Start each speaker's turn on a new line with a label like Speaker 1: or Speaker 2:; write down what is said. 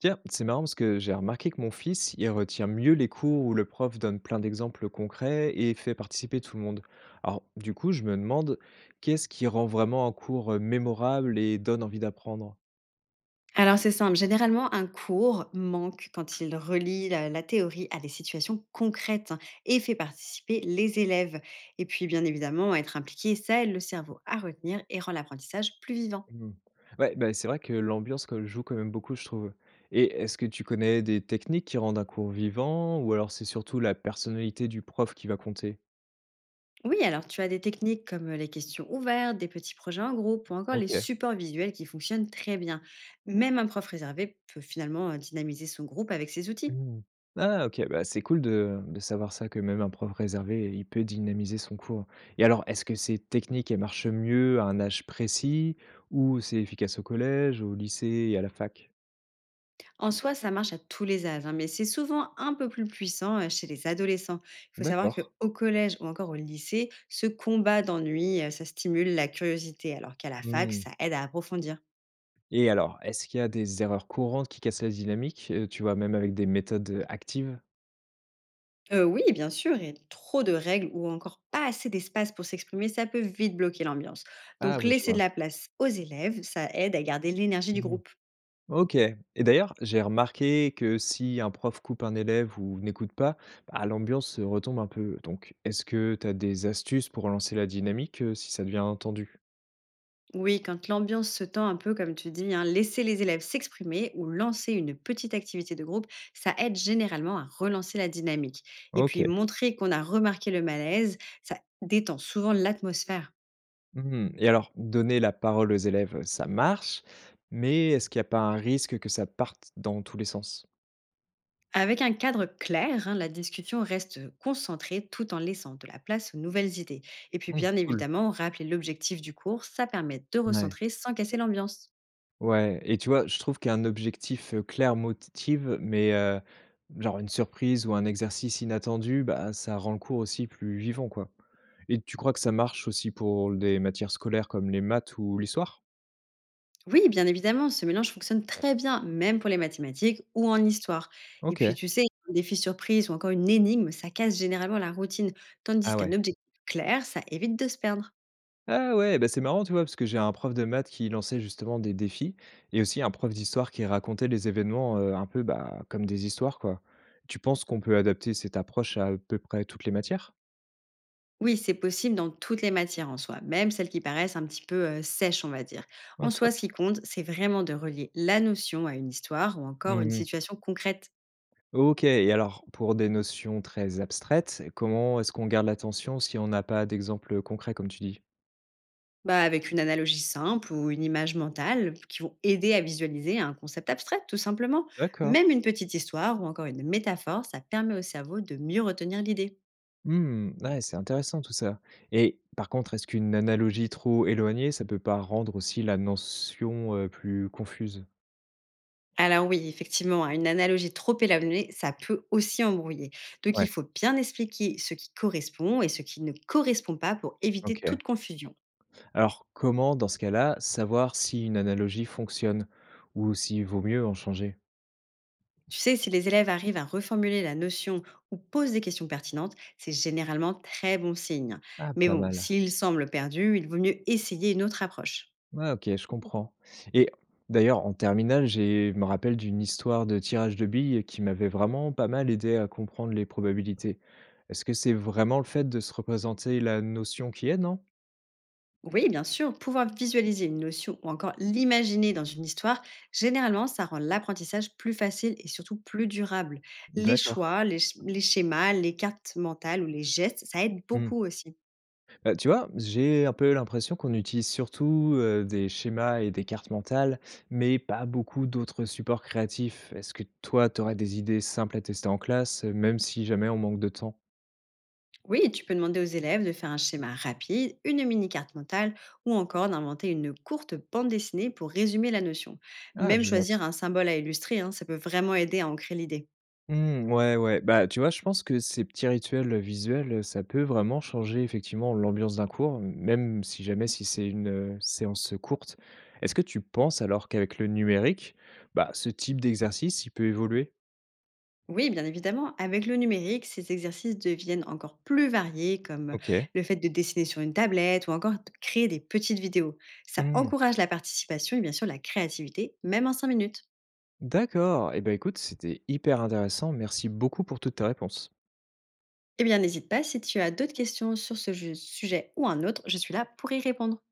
Speaker 1: Tiens, c'est marrant parce que j'ai remarqué que mon fils, il retient mieux les cours où le prof donne plein d'exemples concrets et fait participer tout le monde. Alors, du coup, je me demande, qu'est-ce qui rend vraiment un cours mémorable et donne envie d'apprendre?
Speaker 2: Alors c'est simple, généralement un cours manque quand il relie la théorie à des situations concrètes hein, et fait participer les élèves. Et puis bien évidemment, être impliqué, ça aide le cerveau à retenir et rend l'apprentissage plus vivant.
Speaker 1: Hmm. Ouais, bah, c'est vrai que l'ambiance joue quand même beaucoup, je trouve. Et est-ce que tu connais des techniques qui rendent un cours vivant ou alors c'est surtout la personnalité du prof qui va compter?
Speaker 2: Oui, alors tu as des techniques comme les questions ouvertes, des petits projets en groupe ou encore les
Speaker 1: Ok.
Speaker 2: supports visuels qui fonctionnent très bien. Même un prof réservé peut finalement dynamiser son groupe avec ses outils.
Speaker 1: Mmh. Ah OK, bah, c'est cool de savoir ça, que même un prof réservé, il peut dynamiser son cours. Et alors, est-ce que ces techniques, elles marchent mieux à un âge précis ou c'est efficace au collège, au lycée et à la fac?
Speaker 2: En soi, ça marche à tous les âges, hein, mais c'est souvent un peu plus puissant chez les adolescents. Il faut savoir
Speaker 1: D'accord.
Speaker 2: qu'au collège ou encore au lycée, ce combat d'ennui, ça stimule la curiosité, alors qu'à la fac,
Speaker 1: Mmh.
Speaker 2: ça aide à approfondir.
Speaker 1: Et alors, est-ce qu'il y a des erreurs courantes qui cassent la dynamique, tu vois, même avec des méthodes, actives?
Speaker 2: Oui, bien sûr, et trop de règles ou encore pas assez d'espace pour s'exprimer, ça peut vite bloquer l'ambiance.
Speaker 1: Ah
Speaker 2: Donc
Speaker 1: oui, je
Speaker 2: laisser de
Speaker 1: vois.
Speaker 2: la place aux élèves, ça aide à garder l'énergie du
Speaker 1: Mmh.
Speaker 2: groupe.
Speaker 1: OK et d'ailleurs, j'ai remarqué que si un prof coupe un élève ou n'écoute pas, bah, l'ambiance retombe un peu. Donc est-ce que tu as des astuces pour relancer la dynamique, si ça devient tendu?
Speaker 2: Oui, quand l'ambiance se tend un peu, comme tu dis, hein, laisser les élèves s'exprimer ou lancer une petite activité de groupe, ça aide généralement à relancer la dynamique. Et
Speaker 1: OK.
Speaker 2: puis montrer qu'on a remarqué le malaise, ça détend souvent l'atmosphère.
Speaker 1: Mmh et alors donner la parole aux élèves, ça marche, mais est-ce qu'il n'y a pas un risque que ça parte dans tous les sens?
Speaker 2: Avec un cadre clair, hein, la discussion reste concentrée tout en laissant de la place aux nouvelles idées. Et puis
Speaker 1: Mmh,
Speaker 2: bien
Speaker 1: cool.
Speaker 2: évidemment, rappeler l'objectif du cours, ça permet de
Speaker 1: Ouais.
Speaker 2: recentrer sans casser l'ambiance.
Speaker 1: Ouais et tu vois, je trouve qu'un objectif, clair motive mais genre une surprise ou un exercice inattendu, bah, ça rend le cours aussi plus vivant, quoi et tu crois que ça marche aussi pour des matières scolaires comme les maths ou l'histoire?
Speaker 2: Oui, bien évidemment, ce mélange fonctionne très bien, même pour les mathématiques ou en histoire. Et puis,
Speaker 1: OK.
Speaker 2: tu sais, un défi surprise ou encore une énigme, ça casse généralement la routine, tandis
Speaker 1: Ah
Speaker 2: qu'un
Speaker 1: ouais.
Speaker 2: objectif clair, ça évite de se perdre.
Speaker 1: Ah ouais, bah, c'est marrant, tu vois? Parce que j'ai un prof de maths qui lançait justement des défis et aussi un prof d'histoire qui racontait les événements, un peu, bah, comme des histoires, quoi. Tu penses qu'on peut adapter cette approche à peu près toutes les matières?
Speaker 2: Oui, c'est possible dans toutes les matières en soi, même celles qui paraissent un petit peu sèches, on va dire.
Speaker 1: Ah,
Speaker 2: En soi,
Speaker 1: top.
Speaker 2: ce qui compte, c'est vraiment de relier la notion à une histoire ou encore une
Speaker 1: Mmh,
Speaker 2: situation concrète.
Speaker 1: OK et alors pour des notions très abstraites, comment est-ce qu'on garde l'attention si on n'a pas d'exemple, concret comme tu dis?
Speaker 2: Bah, avec une analogie simple ou une image mentale qui vont aider à visualiser un concept abstrait, tout simplement.
Speaker 1: D'accord.
Speaker 2: Même une petite histoire ou encore une métaphore, ça permet au cerveau de mieux retenir l'idée.
Speaker 1: Mmh, ouais, c'est intéressant tout ça et par contre, est-ce qu'une analogie trop éloignée, ça peut pas rendre aussi la notion, plus confuse?
Speaker 2: Alors oui, effectivement, hein, une analogie trop éloignée, ça peut aussi embrouiller. Donc il
Speaker 1: Ouais,
Speaker 2: faut bien expliquer ce qui correspond et ce qui ne correspond pas pour éviter
Speaker 1: OK.
Speaker 2: toute confusion.
Speaker 1: Alors comment, dans ce cas-là, savoir si une analogie fonctionne ou s'il vaut mieux en changer?
Speaker 2: Tu sais, si les élèves arrivent à reformuler la notion ou posent des questions pertinentes, c'est généralement très bon signe.
Speaker 1: Ah,
Speaker 2: Mais
Speaker 1: pas
Speaker 2: bon,
Speaker 1: mal.
Speaker 2: s'ils semblent perdus, il vaut mieux essayer une autre approche.
Speaker 1: Ouais, OK, je comprends et d'ailleurs, en terminale, j'ai je me rappelle d'une histoire de tirage de billes qui m'avait vraiment pas mal aidé à comprendre les probabilités. Est-ce que c'est vraiment le fait de se représenter la notion qui aide, non?
Speaker 2: Oui, bien sûr, pouvoir visualiser une notion ou encore l'imaginer dans une histoire, généralement, ça rend l'apprentissage plus facile et surtout plus durable.
Speaker 1: D'accord.
Speaker 2: Les schémas, les cartes mentales ou les gestes, ça aide
Speaker 1: Mmh.
Speaker 2: beaucoup aussi.
Speaker 1: Bah, tu vois, j'ai un peu l'impression qu'on utilise surtout, des schémas et des cartes mentales, mais pas beaucoup d'autres supports créatifs. Est-ce que toi, tu aurais des idées simples à tester en classe, même si jamais on manque de temps?
Speaker 2: Oui, tu peux demander aux élèves de faire un schéma rapide, une mini-carte mentale ou encore d'inventer une courte bande dessinée pour résumer la notion.
Speaker 1: Ah,
Speaker 2: Même
Speaker 1: je note.
Speaker 2: choisir un symbole à illustrer, hein, ça peut vraiment aider à ancrer l'idée.
Speaker 1: Mmh, ouais, ouais. Bah, tu vois, je pense que ces petits rituels, visuels, ça peut vraiment changer effectivement l'ambiance d'un cours, même si jamais si c'est une séance, courte. Est-ce que tu penses alors qu'avec le numérique, bah, ce type d'exercice, il peut évoluer?
Speaker 2: Oui, bien évidemment. Avec le numérique, ces exercices deviennent encore plus variés, comme
Speaker 1: OK.
Speaker 2: le fait de dessiner sur une tablette ou encore de créer des petites vidéos. Ça
Speaker 1: Mmh.
Speaker 2: encourage la participation et bien sûr la créativité, même en 5 minutes.
Speaker 1: D'accord. Et ben écoute, c'était hyper intéressant. Merci beaucoup pour toutes tes réponses.
Speaker 2: Eh bien, n'hésite pas, si tu as d'autres questions sur ce sujet ou un autre, je suis là pour y répondre.